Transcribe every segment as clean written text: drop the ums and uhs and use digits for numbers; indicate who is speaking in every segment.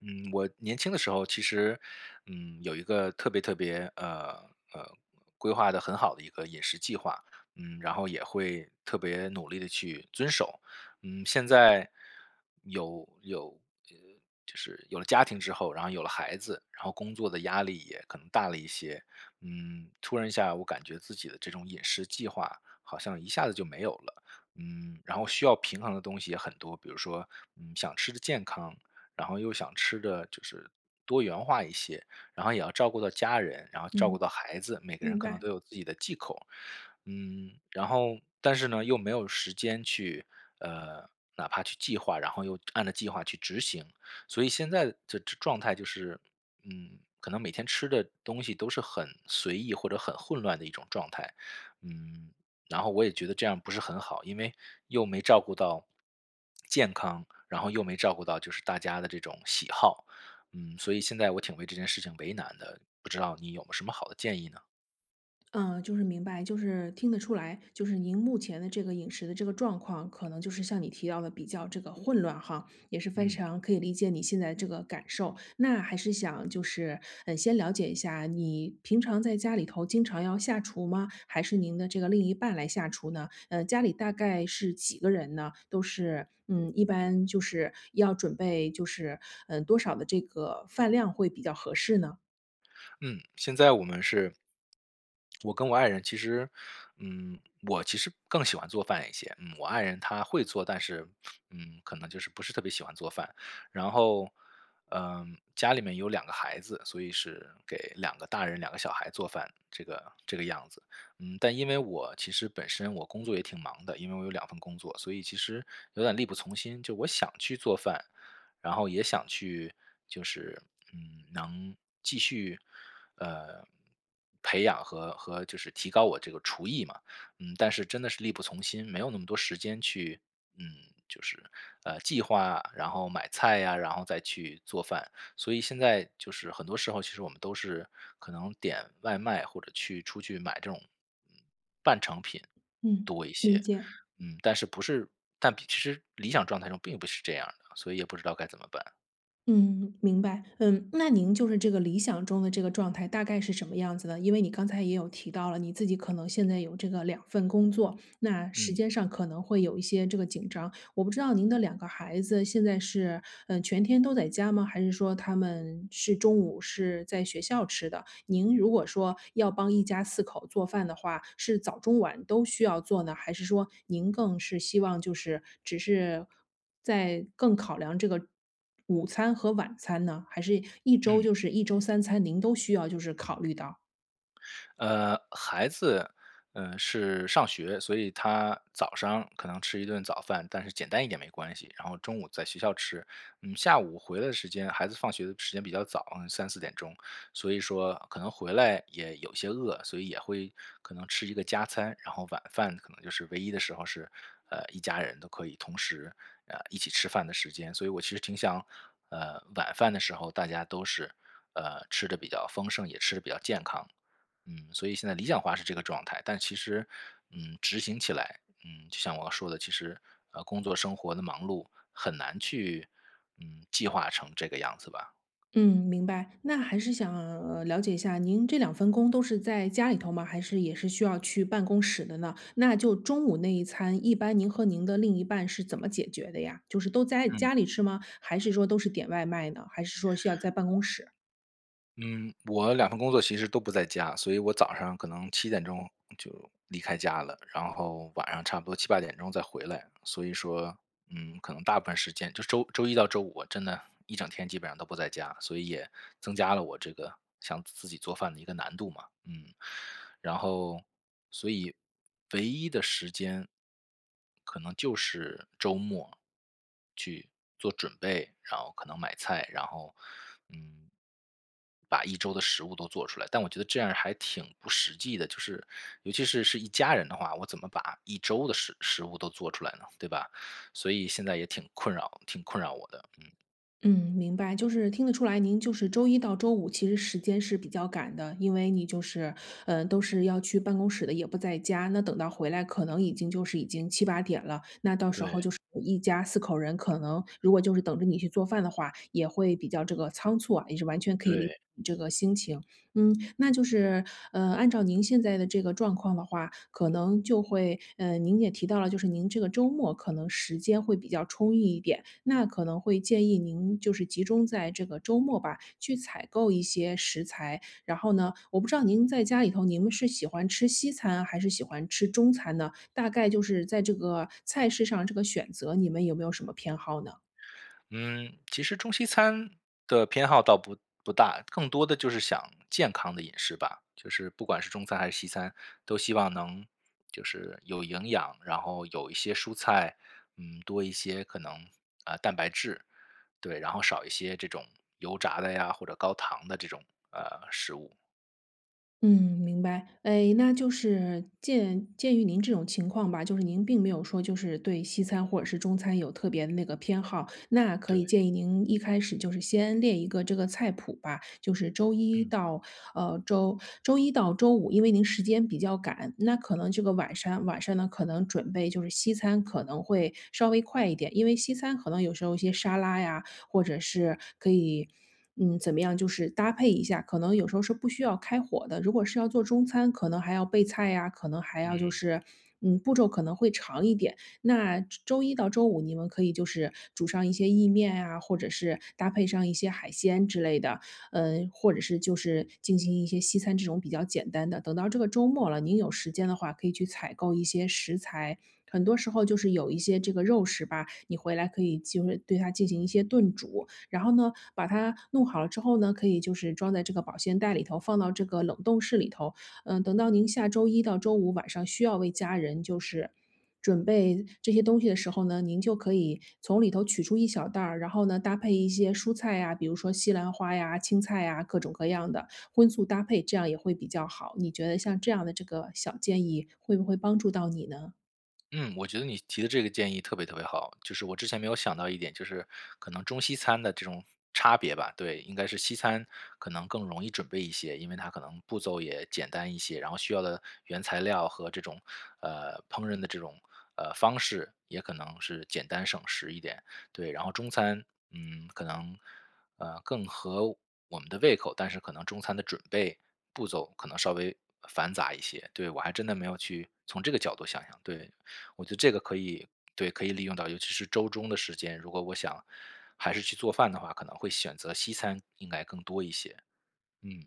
Speaker 1: 嗯，我年轻的时候其实，嗯，有一个特别特别呃规划的很好的一个饮食计划，嗯，然后也会特别努力的去遵守。嗯，现在有有呃，就是有了家庭之后，然后有了孩子，然后工作的压力也可能大了一些，嗯，突然一下我感觉自己的这种饮食计划好像一下子就没有了。嗯，然后需要平衡的东西也很多，比如说，嗯，想吃的健康，然后又想吃的就是多元化一些，然后也要照顾到家人，然后照顾
Speaker 2: 嗯，
Speaker 1: 到孩子，每个人
Speaker 2: 明
Speaker 1: 可能
Speaker 2: 白。
Speaker 1: 都有自己的忌口，嗯，然后但是呢，又没有时间去，呃，哪怕去计划，然后又按照计划去执行，所以现在的这状态就是，嗯，可能每天吃的东西都是很随意或者很混乱的一种状态，嗯，然后我也觉得这样不是很好，因为又没照顾到健康，然后又没照顾到就是大家的这种喜好，嗯，所以现在我挺为这件事情为难的，不知道你有没有什么好的建议呢？
Speaker 2: 明白，就是听得出来，就是您目前的这个饮食的这个状况，可能就是像你提到的比较这个混乱哈，也是非
Speaker 1: 嗯。
Speaker 2: 常可以理解你现在这个感受。那还是想先了解一下，你平常在家里头经常要下厨吗？还是您的这个另一半来下厨呢？嗯，家里大概是几个人呢？都是，嗯，一般就是要准备多少的这个饭量会比较合适呢？
Speaker 1: 嗯，现在我们是我跟我爱人其实，嗯，我其实更喜欢做饭一些。嗯，我爱人她会做，但是，嗯，可能就是不是特别喜欢做饭。然后，嗯，家里面有两个孩子，所以是给两个大人、两个小孩做饭，这个样子。嗯，但因为我其实本身我工作也挺忙的，因为我有两份工作，所以其实有点力不从心。就我想去做饭，然后也想去，就是嗯，能继续。呃，培养和就是提高我这个厨艺嘛。嗯，但是真的是力不从心，没有那么多时间去，嗯，就是计划，然后买菜呀、然后再去做饭。所以现在就是很多时候，其实我们都是可能点外卖或者去出去买这种嗯半成品
Speaker 2: 嗯，
Speaker 1: 多一
Speaker 2: 理
Speaker 1: 些。
Speaker 2: 解。
Speaker 1: 嗯，但是不是，但比其实理想状态中并不是这样的，所以也不知道该怎么办。
Speaker 2: 嗯，明白。嗯，那您就是这个理想中的这个状态大概是什么样子呢？因为你刚才也有提到了，你自己可能现在有这个两份工作，那时
Speaker 1: 嗯
Speaker 2: 间上可能会有一些这个紧张。我不知道您的两个孩子现在是，全天都在家吗？还是说他们是中午是在学校吃的？您如果说要帮一家四口做饭的话，是早中晚都需要做呢？还是说您更是希望就是只是在更考量这个午餐和晚餐呢？还是一周
Speaker 1: 嗯。
Speaker 2: 就是一周三餐您都需要就是考虑到？
Speaker 1: 孩子，嗯、是上学，所以他早上可能吃一顿早饭，但是简单一点没关系。然后中午在学校吃，嗯，下午回来的时间，孩子放学的时间比较早，嗯，三四点钟，所以说可能回来也有些饿，所以也会可能吃一个加餐，然后晚饭可能就是唯一的时候是，一家人都可以同时一起吃饭的时间。所以我其实挺想，晚饭的时候大家都是吃的比较丰盛，也吃的比较健康。嗯，所以现在理想化是这个状态，但其实，嗯，执行起来，嗯，就像我说的，其实，工作生活的忙碌很难去，嗯，计划成这个样子吧。
Speaker 2: 嗯，明白。那还是想，了解一下，您这两份工都是在家里头吗？还是也是需要去办公室的呢？那就中午那一餐，一般您和您的另一半是怎么解决的呀？就是都在
Speaker 1: 嗯。
Speaker 2: 家里吃吗？还是说都是点外卖呢？还是说需要在办公室？
Speaker 1: 嗯，我两份工作其实都不在家，所以我早上可能七点钟就离开家了，然后晚上差不多七八点钟再回来。所以说，嗯，可能大部分时间就周一到周五，我真的一整天基本上都不在家，所以也增加了我这个想自己做饭的一个难度嘛。嗯，然后所以唯一的时间可能就是周末，做准备，然后可能买菜，然后，嗯，把一周的食物都做出来。但我觉得这样还挺不实际的，就是尤其是是一家人的话，我怎么把一周的食物都做出来呢？对吧？所以现在也挺困扰我的，嗯，
Speaker 2: 嗯，明白，就是听得出来，您就是周一到周五其实时间是比较赶的，因为你就是，嗯，都是要去办公室的，也不在家。那等到回来，可能已经就是已经七八点了。那到时
Speaker 1: 对
Speaker 2: 候就是一家四口人，可能如果就是等着你去做饭的话，也会比较这个仓促啊，也是完全可以理解
Speaker 1: 对。
Speaker 2: 你这个心情。嗯，那就是，呃，按照您现在的这个状况的话，可能就会，呃，您也提到了，就是您这个周末可能时间会比较充裕一点，那可能会建议您就是集中在这个周末吧，去采购一些食材。然后呢，我不知道您在家里头，您们是喜欢吃西餐还是喜欢吃中餐呢？大概就是在这个菜式上这个选择，你们有没有什么偏好呢？
Speaker 1: 嗯，其实中西餐的偏好倒不大，更多的就是想健康的饮食吧。就是不管是中餐还是西餐，都希望能就是有营养，然后有一些蔬菜，嗯，多一些可能啊蛋白质，对，然后少一些这种油炸的呀或者高糖的这种食物。
Speaker 2: 嗯，明白。哎，那就是鉴于您这种情况吧，就是您并没有说就是对西餐或者是中餐有特别的那个偏好，那可
Speaker 1: 对，
Speaker 2: 以建议您一开始就是先列一个这个菜谱吧，就是周一
Speaker 1: 嗯
Speaker 2: 到呃周周一到周五，因为您时间比较赶，那可能这个晚上呢可能准备就是西餐可能会稍微快一点，因为西餐可能有时候一些沙拉呀，或者是可以，嗯，怎么样，就是搭配一下。可能有时候是不需要开火的，如果是要做中餐，可能还要备菜呀，可能还要
Speaker 1: 嗯。
Speaker 2: 步骤可能会长一点。那周一到周五你们可以就是煮上一些意面啊，或者是搭配上一些海鲜之类的，嗯，或者是就是进行一些西餐这种比较简单的。等到这个周末了，您有时间的话，可以去采购一些食材。很多时候就是有一些这个肉食吧，你回来可以就是对它进行一些炖煮，然后呢，把它弄好了之后呢，可以就是装在这个保鲜袋里头，放到这个冷冻室里头。嗯，等到您下周一到周五晚上需要为家人就是准备这些东西的时候呢，您就可以从里头取出一小袋儿，然后呢搭配一些蔬菜呀，比如说西兰花呀、青菜呀，各种各样的荤素搭配，这样也会比较好。你觉得像这样的这个小建议会不会帮助到你呢？
Speaker 1: 嗯，我觉得你提的这个建议特别特别好，就是我之前没有想到一点，就是可能中西餐的这种差别吧，对，应该是西餐可能更容易准备一些，因为它可能步骤也简单一些，然后需要的原材料和这种烹饪的这种方式也可能是简单省时一点，对，然后中餐，嗯，可能更合我们的胃口，但是可能中餐的准备步骤可能稍微繁杂一些，对，我还真的没有去从这个角度想想，对，我觉得这个可以对，可以利用到，尤其是周中的时间，如果我想还是去做饭的话，可能会选择西餐应该更多一些。嗯，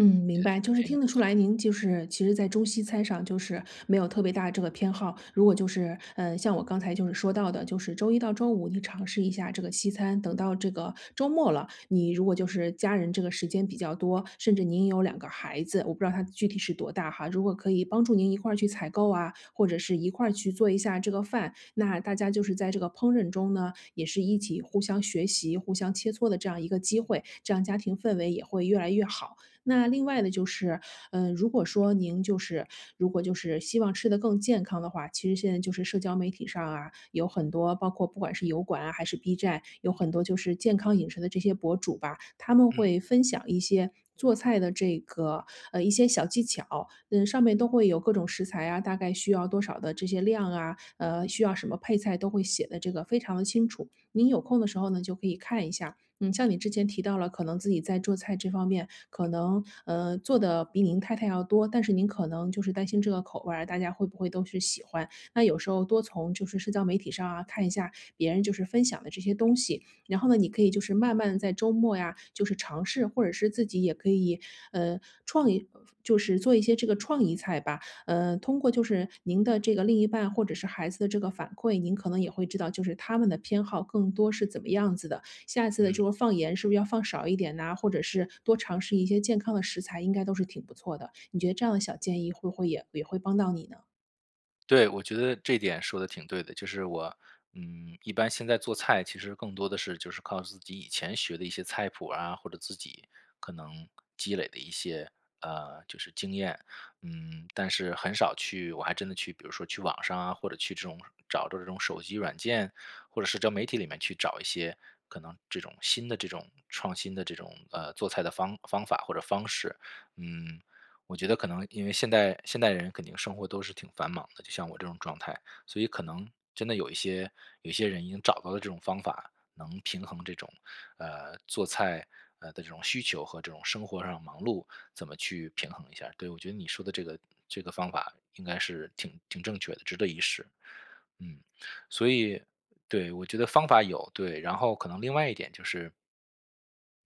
Speaker 2: 嗯，
Speaker 1: 我
Speaker 2: 明
Speaker 1: 觉得这
Speaker 2: 白，
Speaker 1: 个
Speaker 2: 就是
Speaker 1: 建议
Speaker 2: 听得
Speaker 1: 不
Speaker 2: 出来，
Speaker 1: 错。
Speaker 2: 您就是其实在中西餐上就是没有特别大的这个偏好。如果就是，嗯，像我刚才就是说到的，就是周一到周五你尝试一下这个西餐，等到这个周末了，你如果就是家人这个时间比较多，甚至您有两个孩子，我不知道他具体是多大哈，如果可以帮助您一块儿去采购啊，或者是一块儿去做一下这个饭，那大家就是在这个烹饪中呢，也是一起互相学习、互相切磋的这样一个机会，这样家庭氛围也会越来越好。那另外呢，如果说您就是如果就是希望吃得更健康的话，其实现在就是社交媒体上啊，有很多包括不管是油管啊还是 B 站，有很多就是健康饮食的这些博主吧，他们会
Speaker 1: 嗯
Speaker 2: 分享一些做菜的这个，一些小技巧。嗯，上面都会有各种食材啊，大概需要多少的这些量啊，需要什么配菜都会写的这个非常的清楚。您有空的时候呢，就可以看一下。嗯，像你之前提到了，可能自己在做菜这方面，可能做的比您太太要多，但是您可能就是担心这个口味儿大家会不会都是喜欢？那有时候多从就是社交媒体上啊看一下别人就是分享的这些东西，然后呢，你可以就是慢慢在周末呀，就是尝试，或者是自己也可以呃创意，就是做一些这个创意菜吧。呃，通过就是您的这个另一半或者是孩子的这个反馈，您可能也会知道就是他们的偏好更多是怎么样子的。下次的
Speaker 1: 嗯。
Speaker 2: 就是放盐是不是要放少一点呐，或者是多尝试一些健康的食材，应该都是挺不错的。你觉得这样的小建议会不会也会帮到你呢？
Speaker 1: 对，我觉得这点说的挺对的，就是我，嗯，一般现在做菜其实更多的是就是靠自己以前学的一些菜谱啊，或者自己可能积累的一些就是经验，嗯，但是很少去，我还真的去，比如说去网上啊，或者去这种找着这种手机软件或者社交媒体里面去找一些可能这种新的这种创新的这种做菜的方法或者方式，嗯，我觉得可能因为现代人肯定生活都是挺繁忙的，就像我这种状态，所以可能真的有一些有些人已经找到了这种方法，能平衡这种做菜的这种需求和这种生活上忙碌怎么去平衡一下儿对，我觉得你说的这个这个方法应该是挺正确的，值得一试。嗯，所以对我觉得方法有对，然后可能另外一点就是。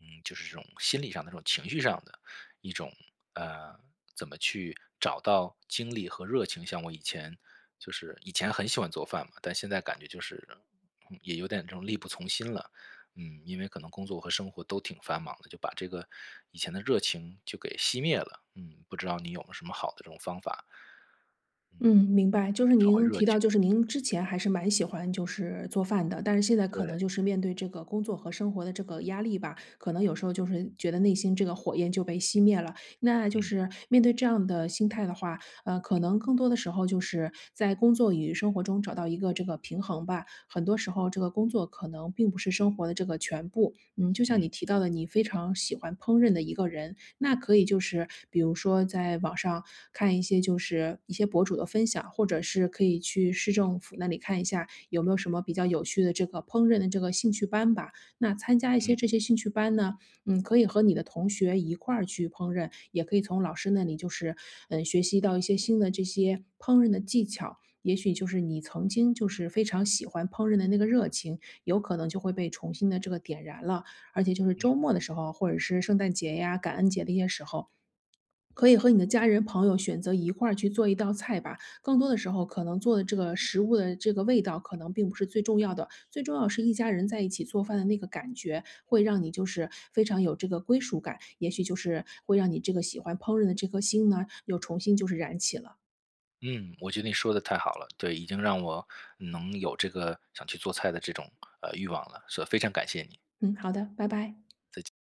Speaker 1: 嗯，就是这种心理上的这种情绪上的一种，呃，怎么去找到精力和热情。像我以前就是以前很喜欢做饭嘛，但现在感觉就是，嗯，也有点这种力不从心了。嗯，因为可能工作和生活都挺繁忙的，就把这个以前的热情就给熄灭了。嗯，不知道你有没有什么好的这种方法，嗯，
Speaker 2: 嗯，明白。就是
Speaker 1: 找回
Speaker 2: 您
Speaker 1: 热
Speaker 2: 提到，
Speaker 1: 情？
Speaker 2: 就是您之前还是蛮喜欢就是做饭的，但是现在可
Speaker 1: 对，
Speaker 2: 能就是面对这个工作和生活的这个压力吧，可能有时候就是觉得内心这个火焰就被熄灭了。那就
Speaker 1: 嗯，
Speaker 2: 是面对这样的心态的话，呃，可能更多的时候就是在工作与生活中找到一个这个平衡吧。很多时候，这个工作可能并不是生活的这个全部。嗯，就像你
Speaker 1: 嗯，
Speaker 2: 提到的，你非常喜欢烹饪的一个人，那可以就是比如说在网上看一些就是一些博主的分享，或者是可以去市政府那里看一下有没有什么比较有趣的这个烹饪的这个兴趣班吧。那参加一
Speaker 1: 嗯。
Speaker 2: 些这些兴趣班呢，嗯，可以和你的同学一块儿去烹饪，也可以从老师那里就是学习到一些新的这些烹饪的技巧。也许就是你曾经就是非常喜欢烹饪的那个热情，有可能就会被重新的这个点燃了。而且就是周末的时候，或者是圣诞节呀、感恩节的一些时候，可以和你的家人朋友选择一块儿去做一道菜吧。更多的时候，可能做的这个食物的这个味道，可能并不是最重要的，最重要是一家人在一起做饭的那个感觉，会让你就是非常有这个归属感，也许就是会让你这个喜欢烹饪的这颗心呢，又重新就是燃起了。
Speaker 1: 嗯，我觉得你说的太好了，对，已经让我能有这个想去做菜的这种欲望了，所以非常感谢你。
Speaker 2: 嗯，好的，拜拜。